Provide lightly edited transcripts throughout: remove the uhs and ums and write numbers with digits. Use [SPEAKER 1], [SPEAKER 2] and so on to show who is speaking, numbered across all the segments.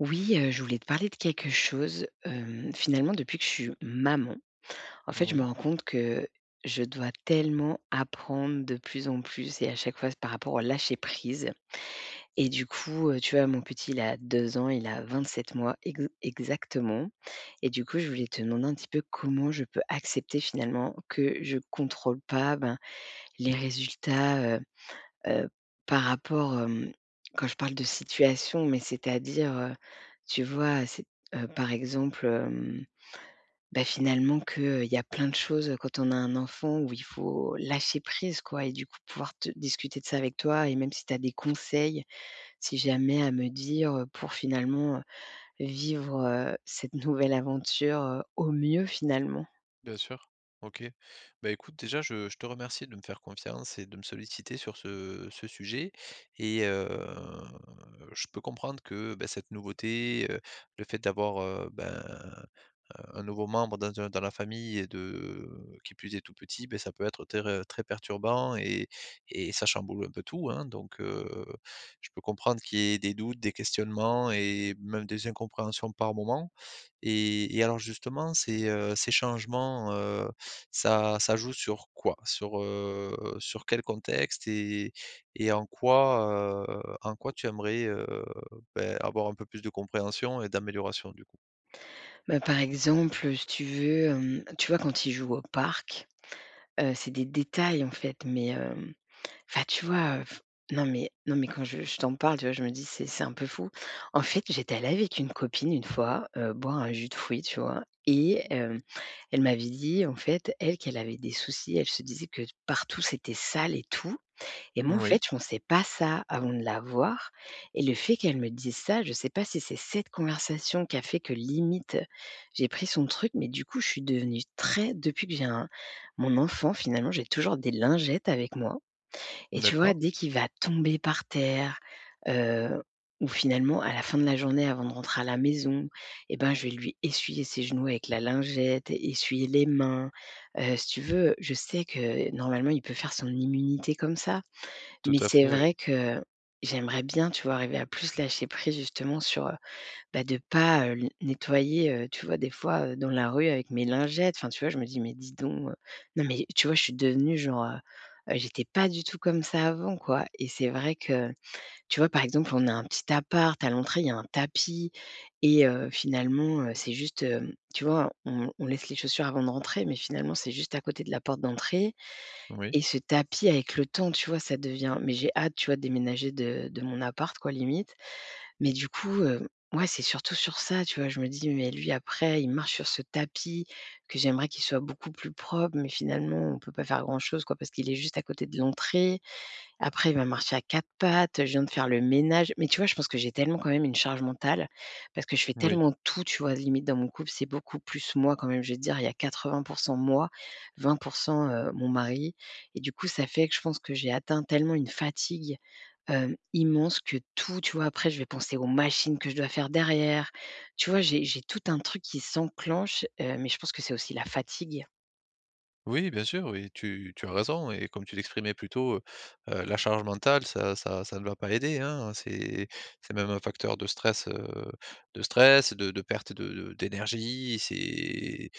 [SPEAKER 1] Oui, je voulais te parler de quelque chose. Finalement, depuis que je suis maman, en fait, je me
[SPEAKER 2] Oui,
[SPEAKER 1] rends compte que je dois tellement apprendre de plus en plus et à chaque fois, c'est par rapport au lâcher prise et du coup, tu vois, mon petit, il a 2 ans, il a 27 mois ex exactement et du coup, je voulais te demander un petit peu comment je peux accepter finalement que je contrôle pas, ben, les résultats. Heu, Par rapport, quand je parle de situation, mais c'est-à-dire, tu vois, c'est par exemple, bah, finalement qu'il il y a plein de choses, quand on a un enfant où il faut lâcher prise quoi et du coup pouvoir te discuter de ça avec toi et même si tu as des conseils, si jamais à me dire, pour finalement, vivre, cette nouvelle aventure, au mieux finalement.
[SPEAKER 2] bien sûr. OK. Bah, écoute, déjà, je te remercie de me faire confiance et de me solliciter sur ce sujet et je peux comprendre que, bah, cette nouveauté, le fait d'avoir, un nouveau membre dans un dans la famille et de qui plus est tout petit, beh, ça peut être ter très perturbant et ça chamboule un peu tout, hein. Donc, je peux comprendre qu'il y ait des doutes, des questionnements et même des incompréhensions par moment et alors justement ces changements, ça joue sur quoi? Sur, sur quel contexte et en quoi tu aimerais, beh, avoir un peu plus de compréhension et d'amélioration du coup?
[SPEAKER 1] Bah, par exemple, si tu veux, tu vois quand il joue au parc, c'est des détails en fait, mais enfin, tu vois, non mais non mais quand je t'en parle, tu vois, je me dis: «C'est un peu fou». En fait, j'étais allée avec une copine une fois, boire un jus de fruits, tu vois? Et elle m'avait dit, en fait, elle, qu'elle avait des soucis. Elle se disait que partout c'était sale et tout. Et moi, en fait,
[SPEAKER 2] Oui,
[SPEAKER 1] je pensais pas ça avant de la voir. Et le fait qu'elle me dise ça, je sais pas si c'est cette conversation qui a fait que limite, j'ai pris son truc, mais du coup, je suis devenue très depuis que j'ai un mon enfant, finalement, j'ai toujours des lingettes avec moi. Et tu vois,
[SPEAKER 2] d'accord.
[SPEAKER 1] dès qu'il va tomber par terre, heu, ou finalement à la fin de la journée avant de rentrer à la maison, et ben, je vais lui essuyer ses genoux avec la lingette, essuyer les mains. Si tu veux, je sais que normalement il peut faire son immunité comme ça,
[SPEAKER 2] Tout
[SPEAKER 1] mais
[SPEAKER 2] à
[SPEAKER 1] c'est
[SPEAKER 2] fait, oui.
[SPEAKER 1] vrai que j'aimerais bien, tu vois, arriver à plus lâcher prise justement sur, bah, de pas, l nettoyer, tu vois, des fois, dans la rue avec mes lingettes. Enfin, tu vois, je me dis: «Mais dis donc,» non, mais tu vois, je suis devenue genre, j'étais pas du tout comme ça avant, quoi et c'est vrai que, tu vois, par exemple, on a un petit appart, à l'entrée, il y a un tapis et finalement, c'est juste, tu vois, on laisse les chaussures avant de rentrer, mais finalement, c'est juste à côté de la porte d'entrée
[SPEAKER 2] Oui,
[SPEAKER 1] et ce tapis, avec le temps, tu vois, ça devient mais j'ai hâte, tu vois, de déménager de mon appart, quoi, limite mais du coup, ouais, c'est surtout sur ça, tu vois? Je me dis: «Mais lui après, il marche sur ce tapis que j'aimerais qu'il soit beaucoup plus propre, mais finalement on peut pas faire grand chose, quoi, parce qu'il est juste à côté de l'entrée. Après il va marcher à 4 pattes, je viens de faire le ménage». Mais tu vois? Je pense que j'ai tellement quand même une charge mentale parce que je fais
[SPEAKER 2] oui,
[SPEAKER 1] tellement tout, tu vois? Limite dans mon couple, c'est beaucoup plus moi quand même, je vais te dire, il y a 80 moi, 20 mon mari et du coup ça fait que je pense que j'ai atteint tellement une fatigue immense que tout tu vois? Après je vais penser aux machines que je dois faire derrière. Tu vois? J'ai tout un truc qui s'enclenche, mais je pense que c'est aussi la fatigue.
[SPEAKER 2] oui, bien sûr, oui, tu as raison et comme tu l'exprimais plus tôt, la charge mentale, ça ne va pas aider, hein. C'est même un facteur de stress, de stress, de perte de d'énergie. C'est,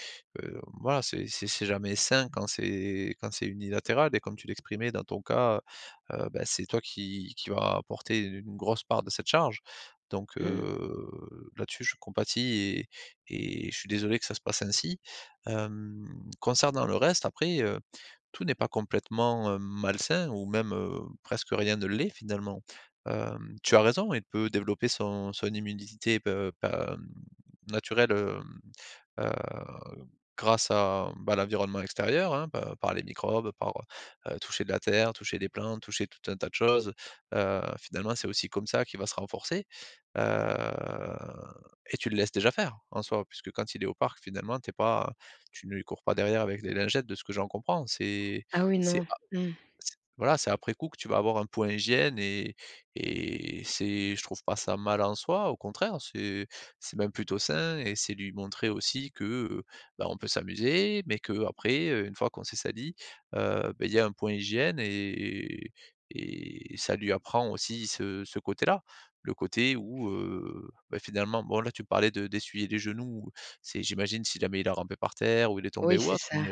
[SPEAKER 2] voilà, c'est jamais sain quand c'est unilatéral et comme tu l'exprimais dans ton cas, bah, c'est toi qui vas porter une grosse part de cette charge. Donc,
[SPEAKER 1] Mmh.
[SPEAKER 2] là-dessus, je compatis et je suis désolé que ça se passe ainsi. Hem Concernant le reste, après, tout n'est pas complètement, malsain ou même, presque rien ne l'est finalement. Tu as raison, il peut développer son immunité pe pa naturelle, heu, grâce à, bah, l'environnement extérieur, hein, pa par les microbes, par, toucher de la terre, toucher des plantes, toucher tout un tas de choses. Finalement, c'est aussi comme ça qu'il va se renforcer, heu et tu le laisses déjà faire en soi, puisque quand il est au parc, finalement, t'es pas tu ne lui cours pas derrière avec des lingettes de ce que j'en comprends.
[SPEAKER 1] Ah oui,
[SPEAKER 2] C'est
[SPEAKER 1] non. Mmh.
[SPEAKER 2] C Voilà, c'est après coup que tu vas avoir un point hygiène et c'est je trouve pas ça mal en soi, au contraire, c'est même plutôt sain et c'est lui montrer aussi que, bah, on peut s'amuser, mais qu'après, une fois qu'on s'est sali, beh, il y a un point hygiène et ça lui apprend aussi ce côté-là. Le côté où, bah, finalement bon là tu parlais de d'essuyer les genoux, c'est j'imagine si jamais il a rampé par terre ou il est tombé
[SPEAKER 1] Oui,
[SPEAKER 2] ou
[SPEAKER 1] c'est
[SPEAKER 2] autre,
[SPEAKER 1] ça.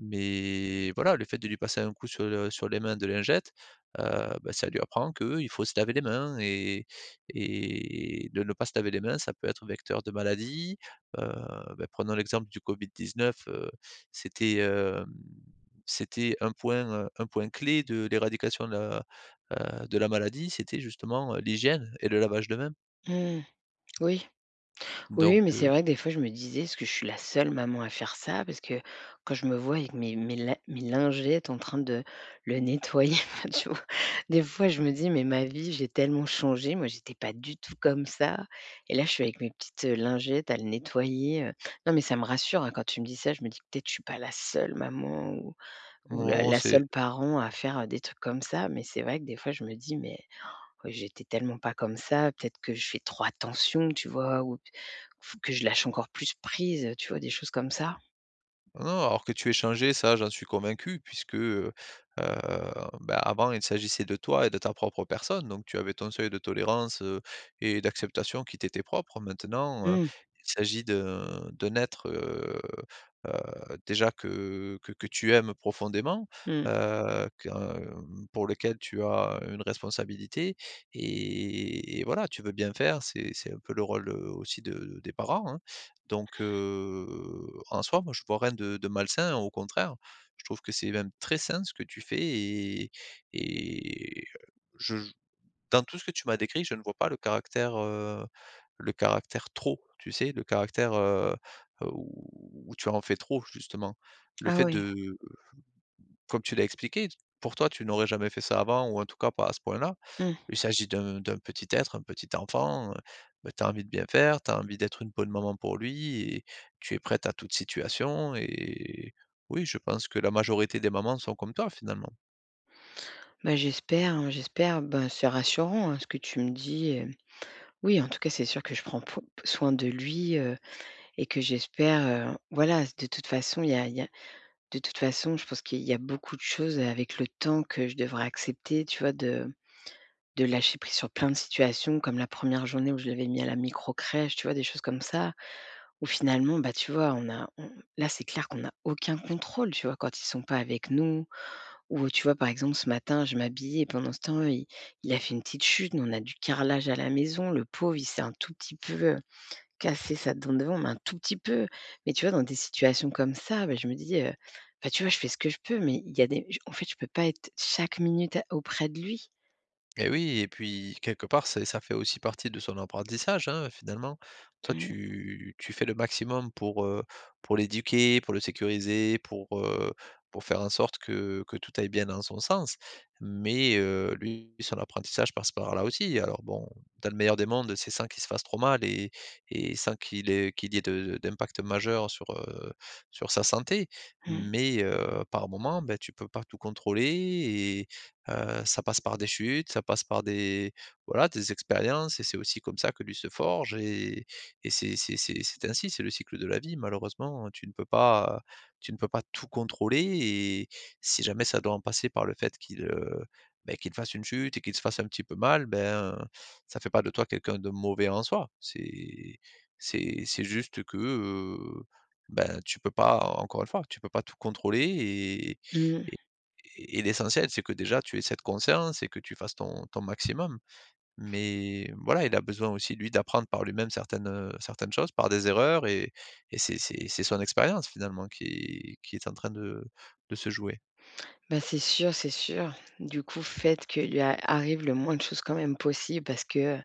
[SPEAKER 2] mais voilà, le fait de lui passer un coup sur le sur les mains de lingette, heu, bah, ça lui apprend qu'il faut se laver les mains et de ne pas se laver les mains, ça peut être vecteur de maladie. Heu, Bah, prenons l'exemple du Covid-19, c'était, c'était un point clé de l'éradication de la maladie, c'était justement, l'hygiène et le lavage de mains.
[SPEAKER 1] Mmh. Oui. Oui,
[SPEAKER 2] Donc,
[SPEAKER 1] mais c'est vrai que des fois, je me disais: «Est-ce que je suis la seule maman à faire ça?» parce que quand je me vois avec mes mes lin mes lingettes en train de le nettoyer, enfin, tu vois? Des fois, je me dis: «Mais ma vie, j'ai tellement changé, moi, j'étais pas du tout comme ça et là, je suis avec mes petites, lingettes à le nettoyer,» Non, mais ça me rassure, hein, quand tu me dis ça, je me dis: «Peut-être je suis pas la seule maman ou la
[SPEAKER 2] non,
[SPEAKER 1] la
[SPEAKER 2] c'est
[SPEAKER 1] seule parent à faire, des trucs comme ça», mais c'est vrai que des fois, je me dis: «Mais». Ouais, j'étais tellement pas comme ça, peut-être que je fais trop attention, tu vois? Ou p f que je lâche encore plus prise, tu vois? Des choses comme ça.
[SPEAKER 2] non, alors que tu es changé, ça, j'en suis convaincu, puisque, heu, bah, avant, il s'agissait de toi et de ta propre personne, donc tu avais ton seuil de tolérance, et d'acceptation qui t'était propre. Maintenant,
[SPEAKER 1] Mmh,
[SPEAKER 2] il s'agit de naître déjà que tu aimes profondément,
[SPEAKER 1] mmh.
[SPEAKER 2] heu, que, pour lequel tu as une responsabilité et voilà, tu veux bien faire, c'est un peu le rôle, aussi de des parents, hein. Donc, en soi, moi, je vois rien de malsain, au contraire. Je trouve que c'est même très sain ce que tu fais et je dans tout ce que tu m'as décrit, je ne vois pas le caractère, le caractère trop, tu sais? Le caractère, où tu en fais trop, justement. Le
[SPEAKER 1] Ah
[SPEAKER 2] fait
[SPEAKER 1] oui,
[SPEAKER 2] de Comme tu l'as expliqué, pour toi, tu n'aurais jamais fait ça avant ou en tout cas pas à ce point-là.
[SPEAKER 1] mmh.
[SPEAKER 2] Il s'agit d'un petit être, un petit enfant, bah, tu as envie de bien faire, tu as envie d'être une bonne maman pour lui et tu es prête à toute situation et oui, je pense que la majorité des mamans sont comme toi, finalement.
[SPEAKER 1] Bah, j'espère, hein, j'espère. Ben, c'est rassurant, hein, ce que tu me dis, hem. Oui, en tout cas, c'est sûr que je prends po soin de lui, et que j'espère, voilà, de toute façon, il y a de toute façon, je pense qu'il y a beaucoup de choses avec le temps que je devrais accepter, tu vois? De lâcher prise sur plein de situations, comme la première journée où je l'avais mis à la micro crèche, tu vois? Des choses comme ça. Ou finalement, bah, tu vois, on a on là, c'est clair qu'on a aucun contrôle, tu vois? Quand ils sont pas avec nous ou, tu vois, par exemple, ce matin, je m'habillais et pendant ce temps, il a fait une petite chute. Nous, on a du carrelage à la maison. Le pauvre, il s'est un tout petit peu, cassé sa dent devant, mais un tout petit peu. Mais tu vois, dans des situations comme ça, bah, je me dis, bah, tu vois, je fais ce que je peux, mais il y a des en fait, je peux pas être chaque minute a auprès de lui.
[SPEAKER 2] Et oui, et puis quelque part, c'est ça fait aussi partie de son apprentissage, hein, finalement. Toi,
[SPEAKER 1] Mmh,
[SPEAKER 2] tu fais le maximum pour l'éduquer, pour le sécuriser, pour faire en sorte que tout aille bien dans son sens. Mais, lui, son apprentissage passe par là aussi. Alors bon, dans le meilleur des mondes, c'est sans qu'il se fasse trop mal et sans qu'il y ait de d'impact majeur sur, sur sa santé.
[SPEAKER 1] mmh,
[SPEAKER 2] Mais, par moments, ben, tu peux pas tout contrôler. Ça passe par des chutes, ça passe par des voilà, des expériences et c'est aussi comme ça que lui se forge et c'est ainsi, c'est le cycle de la vie malheureusement, tu ne peux pas tout contrôler et si jamais ça doit en passer par le fait qu'il, beh, qu'il fasse une chute et qu'il se fasse un petit peu mal, ben, ça fait pas de toi quelqu'un de mauvais en soi. C'est juste que, ben, tu peux pas encore une fois, tu peux pas tout contrôler et
[SPEAKER 1] mmh.
[SPEAKER 2] et l'essentiel, c'est que déjà tu aies cette conscience et que tu fasses ton maximum. Mais voilà, il a besoin aussi, lui, d'apprendre par lui-même certaines choses, par des erreurs et c'est son expérience finalement qui est en train de se jouer.
[SPEAKER 1] Bah, c'est sûr, c'est sûr. Du coup, faites que lui a arrive le moins de choses quand même possible parce que,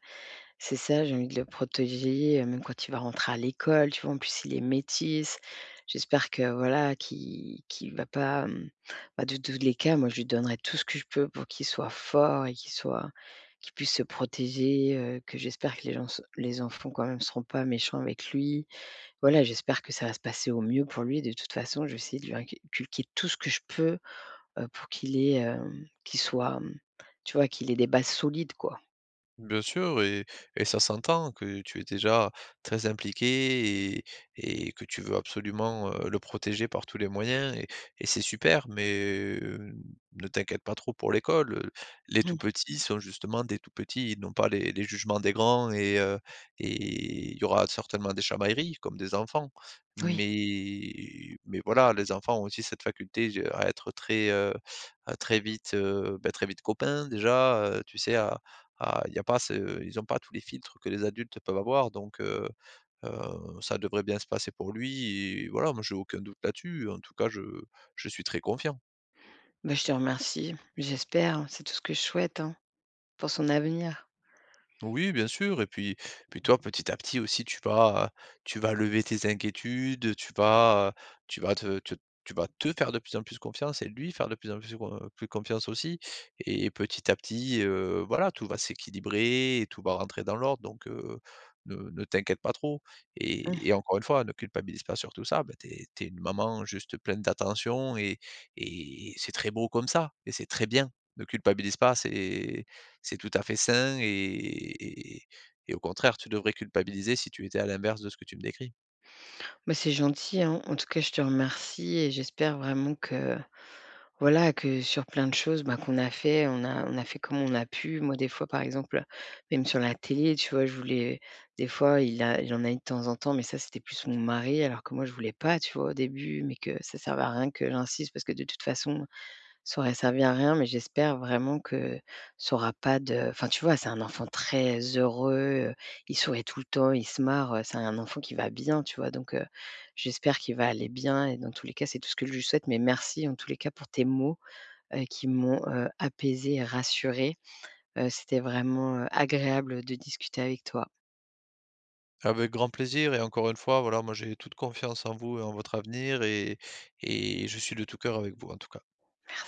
[SPEAKER 1] c'est ça, j'ai envie de le protéger, même quand il va rentrer à l'école, tu vois? En plus, il est métis. J'espère que voilà, qu'il va pas, mmh, bah, de tous les cas, moi, je lui donnerai tout ce que je peux pour qu'il soit fort et qu'il soit qu'il puisse se protéger, que j'espère que les gens se les enfants quand même seront pas méchants avec lui. Voilà, j'espère que ça va se passer au mieux pour lui. De toute façon, je vais essayer de lui inculquer tout ce que je peux, pour qu'il ait, qu'il soit, mmh, tu vois? Qu'il ait des bases solides, quoi.
[SPEAKER 2] Bien sûr et ça s'entend que tu es déjà très impliqué et que tu veux absolument, le protéger par tous les moyens et c'est super mais, ne t'inquiète pas trop pour l'école, les tout
[SPEAKER 1] Mmh,
[SPEAKER 2] petits sont justement des tout petits, ils n'ont pas les jugements des grands et il y aura certainement des chamailleries comme des enfants.
[SPEAKER 1] oui.
[SPEAKER 2] Mais voilà, les enfants ont aussi cette faculté, à être très, à très vite, bah, très vite copains déjà, tu sais il y a pas ce ils n'ont pas tous les filtres que les adultes peuvent avoir donc, ça devrait bien se passer pour lui et voilà, moi j'ai aucun doute là-dessus. En tout cas, je suis très confiant.
[SPEAKER 1] Bah, je te remercie. J'espère, c'est tout ce que je souhaite, hein, pour son avenir.
[SPEAKER 2] Oui, bien sûr et puis toi, petit à petit aussi, tu vas lever tes inquiétudes, tu vas te te tu vas te faire de plus en plus confiance et lui faire de plus en plus con plus confiance aussi et petit à petit, voilà, tout va s'équilibrer et tout va rentrer dans l'ordre donc, ne t'inquiète pas trop
[SPEAKER 1] Mmh.
[SPEAKER 2] et encore une fois, ne culpabilise pas sur tout ça. Bah, tu es une maman juste pleine d'attention et c'est très beau comme ça et c'est très bien. Ne culpabilise pas, c'est tout à fait sain et au contraire, tu devrais culpabiliser si tu étais à l'inverse de ce que tu me décris.
[SPEAKER 1] Bah, c'est gentil, hein. En tout cas, je te remercie et j'espère vraiment que, voilà, que sur plein de choses, bah, qu'on a fait, on a fait comme on a pu. Moi, des fois, par exemple, même sur la télé, tu vois, je voulais des fois, il en a eu de temps en temps, mais ça, c'était plus mon mari, alors que moi, je voulais pas, tu vois, au début, mais que ça servait à rien que j'insiste parce que de toute façon ça aurait servi à rien, mais j'espère vraiment que ça aura pas de enfin, tu vois, c'est un enfant très heureux, heu, il sourit tout le temps, il se marre, c'est un enfant qui va bien, tu vois? Donc j'espère qu'il va aller bien et dans tous les cas, c'est tout ce que je lui souhaite. Mais merci en tous les cas pour tes mots, qui m'ont, apaisé, apaisée et rassurée. C'était vraiment, agréable de discuter avec toi.
[SPEAKER 2] Avec grand plaisir et encore une fois, voilà, moi j'ai toute confiance en vous et en votre avenir et je suis de tout cœur avec vous en tout cas.
[SPEAKER 1] Merci.